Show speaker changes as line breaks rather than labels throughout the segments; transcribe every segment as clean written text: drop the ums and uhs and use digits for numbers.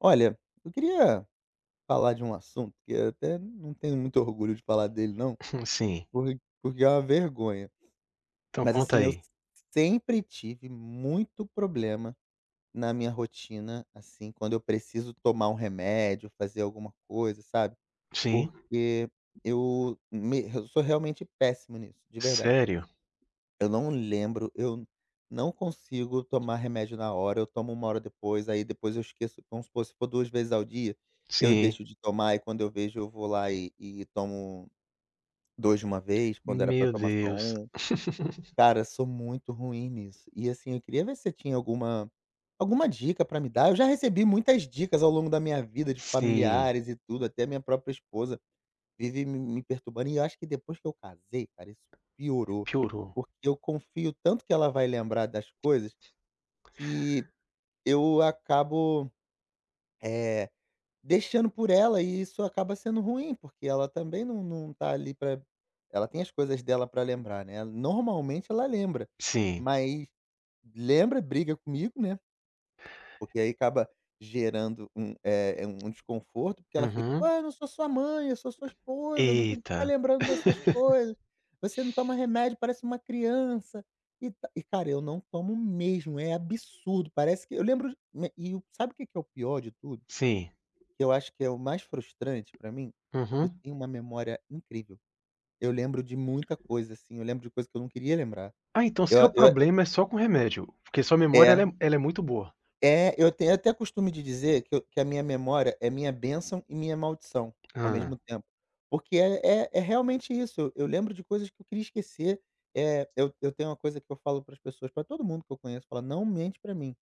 Olha, eu queria falar de um assunto que eu até não tenho muito orgulho de falar dele não,
Sim.
por porque é uma vergonha.
Então
Mas
conta
assim, eu
aí.
sempre tive muito problema na minha rotina, assim, quando eu preciso tomar um remédio, fazer alguma coisa, sabe,
Sim.
porque eu sou realmente péssimo nisso, de verdade.
Sério?
Eu não lembro, eu não consigo tomar remédio na hora, eu tomo uma hora depois, aí depois eu esqueço. Vamos supor, se for 2 vezes ao dia, eu
Sim.
deixo de tomar e quando eu vejo eu vou lá e tomo 2 de uma vez, quando era pra
Meu
tomar só
Deus.
um. Cara, sou muito ruim nisso. E assim, eu queria ver se você tinha alguma dica pra me dar. Eu já recebi muitas dicas ao longo da minha vida de
Sim.
familiares e tudo, até minha própria esposa vive me perturbando e eu acho que depois que eu casei, cara, isso piorou,
Piorou.
porque eu confio tanto que ela vai lembrar das coisas, que eu acabo, eh, deixando por ela e isso acaba sendo ruim, porque ela também não tá ali pra ela tem as coisas dela pra lembrar, né, normalmente ela lembra,
Sim.
mas lembra, briga comigo, né, porque aí acaba gerando um, um desconforto, porque ela fica:
Uhum.
ah, eu não sou sua mãe, eu sou sua esposa, não tem que ficar
Eita.
lembrando das suas coisas. Você não toma remédio, parece uma criança", e cara, eu não tomo mesmo, é absurdo, parece que eu lembro me e o sabe o que que é o pior de tudo?
Sim.
Que eu acho que é o mais frustrante pra mim? Eu
Uhum.
tenho uma memória incrível. Eu lembro de muita coisa, assim, eu lembro de coisa que eu não queria lembrar.
Ah, então
Eu
seu
eu
problema é só com remédio, porque sua memória
é.
ela é muito boa.
É, eu tenho até costume de dizer que a minha memória é minha bênção e minha maldição ao mesmo
Hã.
tempo, porque é realmente isso, eu lembro de coisas que eu queria esquecer. É, eu tenho uma coisa que eu falo para as pessoas, para todo mundo que eu conheço, falo: "Não mente para mim,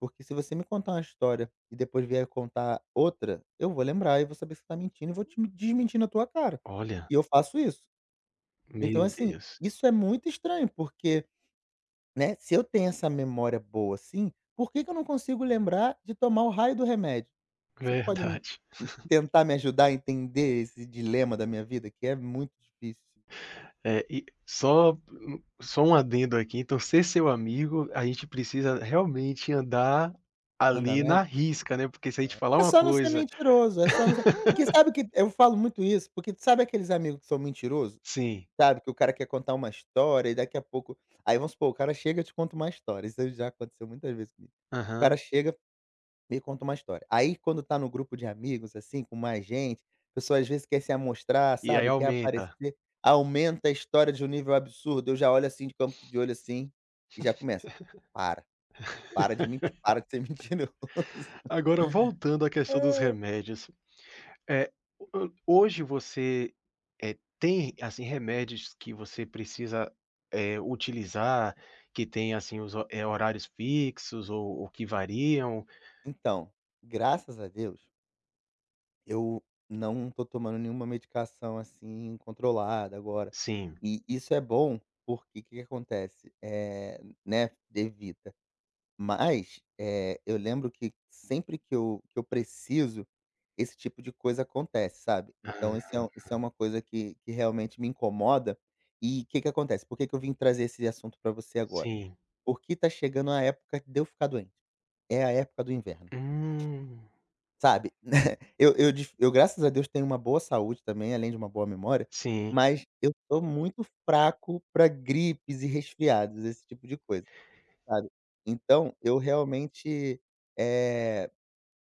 porque se você me contar uma história e depois vier contar outra, eu vou lembrar e vou saber se você está mentindo e vou te desmentir na tua cara".
Olha,
E eu faço isso. Então
meu
assim,
Deus.
isso é muito estranho, porque, né, se eu tenho essa memória boa assim, por que que eu não consigo lembrar de tomar o raio do remédio? Você pode me
Verdade.
tentar me ajudar a entender esse dilema da minha vida que é muito difícil.
É, e só um adendo aqui, então ser seu amigo, a gente precisa realmente andar
Andar
ali na
na
risca, né, porque se a gente falar
é
uma
só não ser
coisa.
mentiroso, é só não ser porque sabe que eu falo muito isso, porque sabe aqueles amigos que são mentiroso?
Sim,
Sabe, que o cara quer contar uma história e daqui a pouco aí vamos supor, o cara chega e te conta uma história, isso já aconteceu muitas vezes comigo. O cara
aham.
chega, me conta uma história. Aí quando tá no grupo de amigos, assim, com mais gente, a pessoa às vezes quer se amostrar,
E aí
sabe, quer
aumenta.
aparecer, aumenta a história de um nível absurdo. Eu já olho assim de canto de olho assim, e já começo: "Para, para de mentir, para de ser mentiroso".
Agora voltando à questão dos
Ai.
remédios, eh, ho hoje você, tem, assim, remédios que você precisa, utilizar, que tem, assim, os horários fixos ou que variam?
Então, graças a Deus, eu não tô tomando nenhuma medicação, assim, controlada agora.
Sim.
E isso é bom, porque o que que acontece, é, né, evita. Mas, eu lembro que sempre que eu preciso, esse tipo de coisa acontece, sabe. Então esse
Aham.
é um isso é uma coisa que realmente me incomoda. E o que que acontece, por que que eu vim trazer esse assunto para você agora?
Sim.
Porque tá chegando a época de eu ficar doente. É a época do inverno,
Hum.
sabe. Eu graças a Deus tenho uma boa saúde também, além de uma boa memória,
Sim,
mas eu sou muito fraco para gripes e resfriados, esse tipo de coisa. Sabe. Então, eu realmente, eh,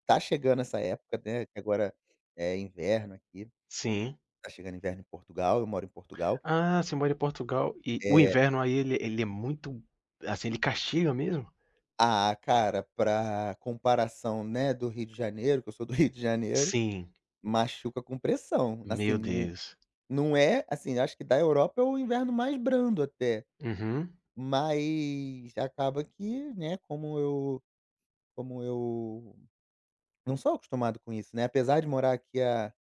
tá chegando essa época, né, que agora é inverno aqui,
sim.
tá chegando inverno em Portugal, eu moro em Portugal.
Ah, você mora em Portugal e o
É,
inverno aí ele é muito assim, ele castiga mesmo?
ah, cara, pra comparação, né, do Rio de Janeiro, que eu sou do Rio de Janeiro,
Sim.
machuca com pressão. Assim,
Meu
não
Deus.
não é assim, acho que da Europa é o inverno mais brando até,
Uhum.
mas acaba que, né, como eu não sou acostumado com isso, né, apesar de morar aqui há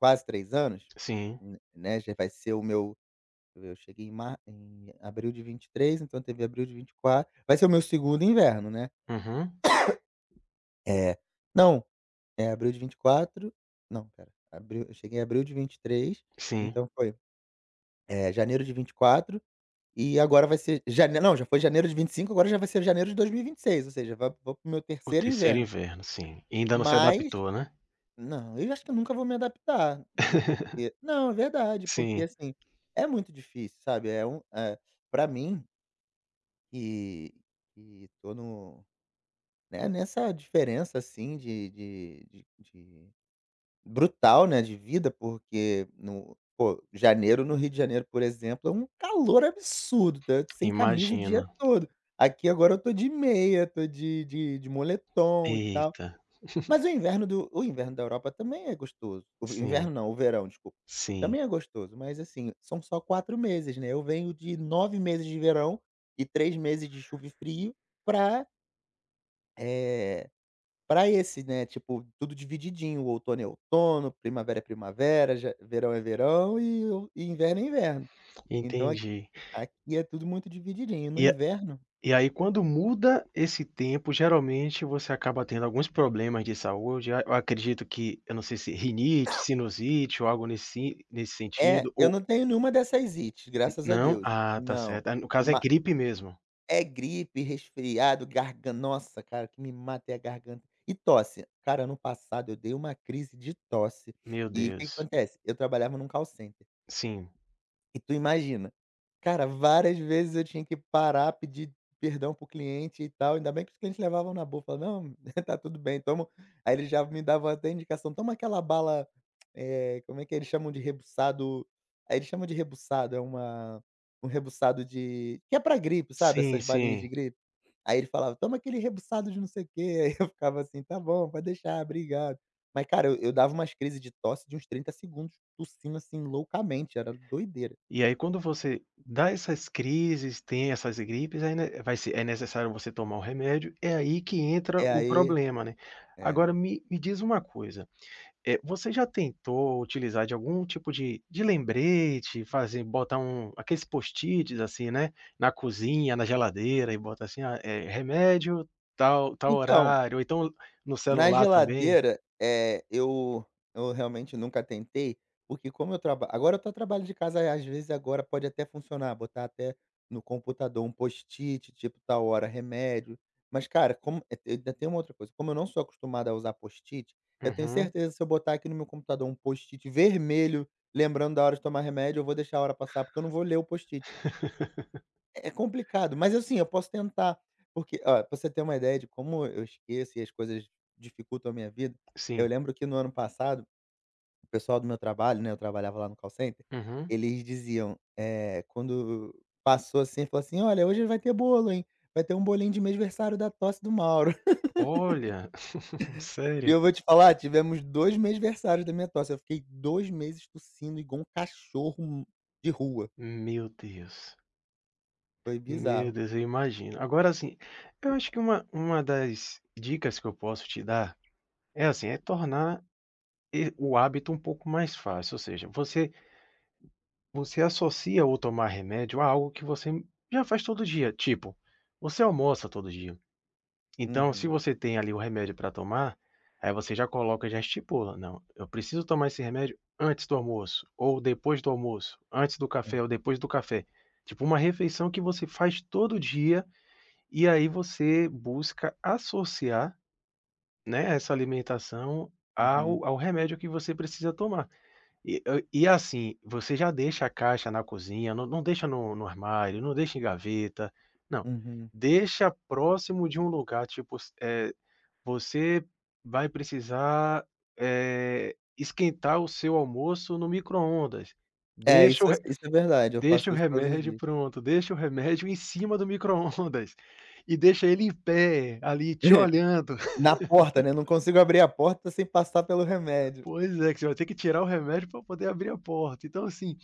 quase 3 anos,
Sim.
n né, já vai ser o meu eu cheguei em mar em abril de 23, então teve abril de 24, vai ser o meu segundo inverno, né.
Uhum.
É, não, é abril de 24, não pera, abril eu cheguei em abril de 23,
Sim.
então foi, janeiro de vinte e quatro e agora vai ser jane não, já foi janeiro de 25, agora já vai ser janeiro de dois mil e vinte e seis, ou seja, vai vou pro meu
O
terceiro
terceiro
inverno,
inverno, sim. E ainda não se
mas
adaptou, né?
não, eu acho que eu nunca vou me adaptar, porque não, é verdade, porque,
Sim,
assim, é muito difícil, sabe, para mim que que tô no, né, nessa diferença, assim, de brutal, né, de vida, porque no pô, janeiro no Rio de Janeiro, por exemplo, é um calor absurdo, tá sem camisa o
imagina.
dia todo. Aqui agora eu tô de meia, tô de moletom e tal.
Eita.
Mas o inverno da Europa também é gostoso. O v inverno
Sim,
não, O verão, desculpa.
sim.
Também é gostoso, mas assim, são só 4 meses, né. Eu venho de 9 meses de verão e 3 meses de chuva e frio pra, eh, pra esse, né, tipo, tudo divididinho, o outono é outono, primavera é primavera, ja verão é verão e inverno é inverno. Então
Entendi.
aqui é tudo muito divididinho. No
E a
inverno
e aí quando muda esse tempo, geralmente você acaba tendo alguns problemas de saúde, a eu acredito que eu não sei se rinite, sinusite ou algo nesse
é,
sentido
eu
ou
não tenho nenhuma dessas ites, graças a
não?
Deus.
Ah, tá
Não.
certo. Ah, no caso é
Ma
gripe mesmo?
É gripe, resfriado, garganta. Nossa, cara, o que me mata é a garganta. E tosse. Cara, ano passado eu dei uma crise de tosse.
Meu
E o que que
Deus.
acontece? Eu trabalhava num call center.
Sim.
E tu imagina, cara, várias vezes eu tinha que parar, pedir perdão pro cliente e tal, ainda bem que os clientes levavam na boa, falavam: "Não, tá tudo bem, toma" um" aí eles já me davam até indicação: "Toma aquela bala", como é que eles chamam de rebuçado, aí eles chamam de rebuçado, é uma um rebuçado de que é pra gripe, sabe,
Sim,
essas
sim.
balinhas de gripe? Aí ele falava: "Toma aquele rebuçado de não sei o quê", aí eu ficava assim: "Tá bom, pode deixar, obrigado". Mas cara, eu dava umas crises de tosse de uns 30 segundos tossindo, assim, loucamente, era doideira.
E aí quando você dá essas crises, tem essas gripes, aí, né, vai ser é necessário você tomar o remédio, é aí que entra
É,
o
aí
problema, né.
é.
Agora me diz uma coisa, você já tentou utilizar de algum tipo de lembrete, fazer botar um aqueles post-its, assim, né, na cozinha, na geladeira e bota assim: "Ah, remédio tal
Então,
horário", ou então no
na
celular também?
geladeira, eu realmente nunca tentei, porque como eu traba agora eu tô trabalho de casa, às vezes agora pode até funcionar, botar até no computador um post-it, tipo, tal hora remédio. Mas, cara, como, ainda tem uma outra coisa, como eu não sou acostumado a usar post-it, eu tenho
Uhum.
certeza se eu botar aqui no meu computador um post-it vermelho lembrando da hora de tomar remédio, eu vou deixar a hora passar, porque eu não vou ler o post-it. É complicado, mas assim, eu posso tentar, porque ó, pra você ter uma ideia de como eu esqueço e as coisas dificultam a minha vida, eu
Sim.
lembro que no ano passado, o pessoal do meu trabalho, né, eu trabalhava lá no call center,
Uhum.
eles diziam, quando passou assim, falou assim: "Olha, hoje vai ter bolo, hein, vai ter um bolinho de mêsversário da tosse do Mauro".
Olha,
E
sério?
eu vou te falar, tivemos 2 mêsversários da minha tosse, eu fiquei 2 meses tossindo igual um cachorro de rua,
Meu Deus,
foi
meu
bizarro.
Deus, eu imagino. Agora, assim, eu acho que uma das dicas que eu posso te dar é, assim, é tornar e o hábito um pouco mais fácil, ou seja, você associa o tomar remédio a algo que você já faz todo dia, tipo, você almoça todo dia. Então, se
Uhum.
você tem ali o remédio para tomar, aí você já coloca, já estipula: "Não, eu preciso tomar esse remédio antes do almoço, ou depois do almoço, antes do café ou depois do café". Tipo uma refeição que você faz todo dia, e aí você busca associar, né, essa alimentação
Uhum.
ao remédio que você precisa tomar. E assim, você já deixa a caixa na cozinha, não deixa no armário, não deixa em gaveta, não,
Uhum.
deixa próximo de um lugar, tipo, s eh você vai precisar, esquentar o seu almoço no micro-ondas.
É,
Deixa o re
isso é verdade, eu
deixa
faço
o
isso todos os
remédio
dias.
pronto, deixa o remédio em cima do micro-ondas e deixa ele em pé, ali, te olhando.
Na porta, né, não consigo abrir a porta sem passar pelo remédio.
Pois é, que você vai ter que tirar o remédio para poder abrir a porta. Então, assim,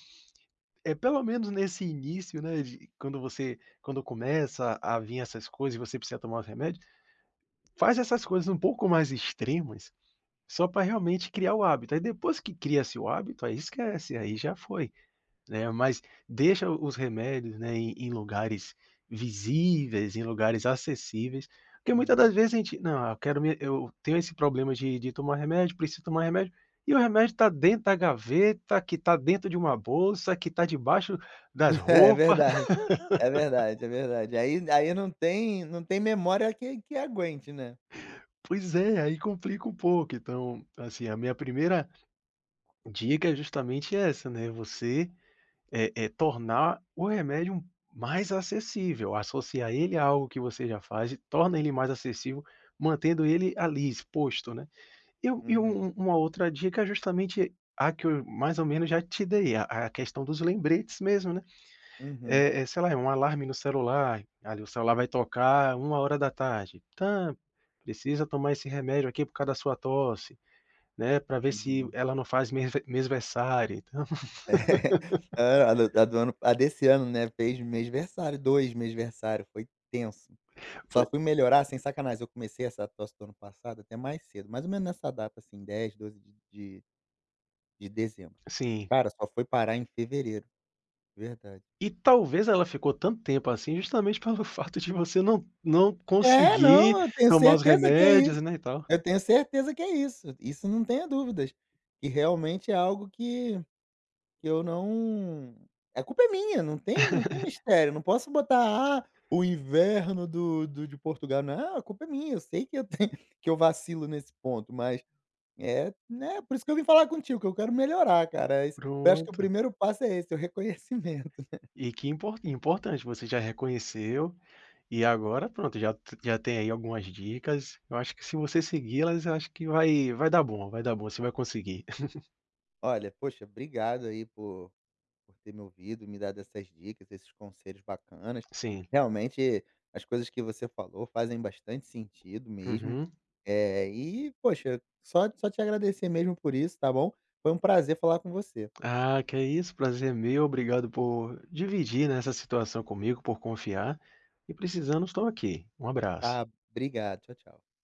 é pelo menos nesse início, né, de quando começa a vir essas coisas e você precisa tomar os remédios, faz essas coisas um pouco mais extremas. Só para realmente criar o hábito, aí depois que cria-se o hábito, aí esquece, aí já foi, né, mas deixa os remédios, né, em lugares visíveis, em lugares acessíveis, porque muitas
Uhum.
das vezes a gente: "Não, eu quero me eu tenho esse problema de tomar remédio, preciso tomar remédio", e o remédio está dentro da gaveta, que está dentro de uma bolsa, que está debaixo das
É
roupas.
verdade, é verdade, é verdade. Aí não tem memória que aguente, né.
Pois é, aí complica um pouco, então, assim, a minha primeira dica é justamente essa, né, você É é tornar o remédio um mais acessível, associar ele a algo que você já faz e torna ele mais acessível, mantendo ele ali exposto, né. E um e
Uhum,
um uma outra dica é justamente a que eu mais ou menos já te dei, a questão dos lembretes mesmo, né.
uhum,
É, sei lá, é um alarme no celular, ali o celular vai tocar 13h, "Tam, precisa tomar esse remédio aqui por causa da sua tosse", né, para ver se
uhum.
ela não faz mesversária, então,
A do ano a desse ano, né, fez mêsversário, 2 mêsversário, foi tenso.
foi
Só fui melhorar, sem sacanagem, eu comecei essa tosse do ano passado até mais cedo, mais ou menos nessa data, assim, 10, 12 de dezembro.
sim.
Cara, só foi parar em fevereiro, verdade.
E talvez ela ficou tanto tempo assim justamente pelo fato de você não
É,
conseguir
não, eu tenho
tomar os
certeza que é isso.
remédios, né, e tal.
Eu tenho certeza que é isso, isso não tenha dúvidas, que realmente é algo que eu não, a culpa é minha, não tem mistério, não posso botar: "Ah, o inverno do do de Portugal", não, a culpa é minha, eu sei que eu tenho que eu vacilo nesse ponto, mas é, né, por isso que eu vim falar contigo, que eu quero melhorar, cara, é eu acho que o
Pronto.
primeiro passo é esse, é o reconhecimento.
E que importante, você já reconheceu, e agora pronto, já tem aí algumas dicas, eu acho que se você segui-las, eu acho que vai dar bom, vai dar bom, você vai conseguir.
Olha, poxa, obrigado aí por ter me ouvido, me dado essas dicas, esses conselhos bacanas.
Sim.
Realmente, as coisas que você falou fazem bastante sentido mesmo.
Uhum.
É, e, poxa, só te agradecer mesmo por isso, tá bom? Foi um prazer falar com você.
Ah, que é isso, prazer é meu, obrigado por dividir, né, essa situação comigo, por confiar, e precisando estou aqui. Um abraço.
Tá? Obrigado. Tchau, tchau.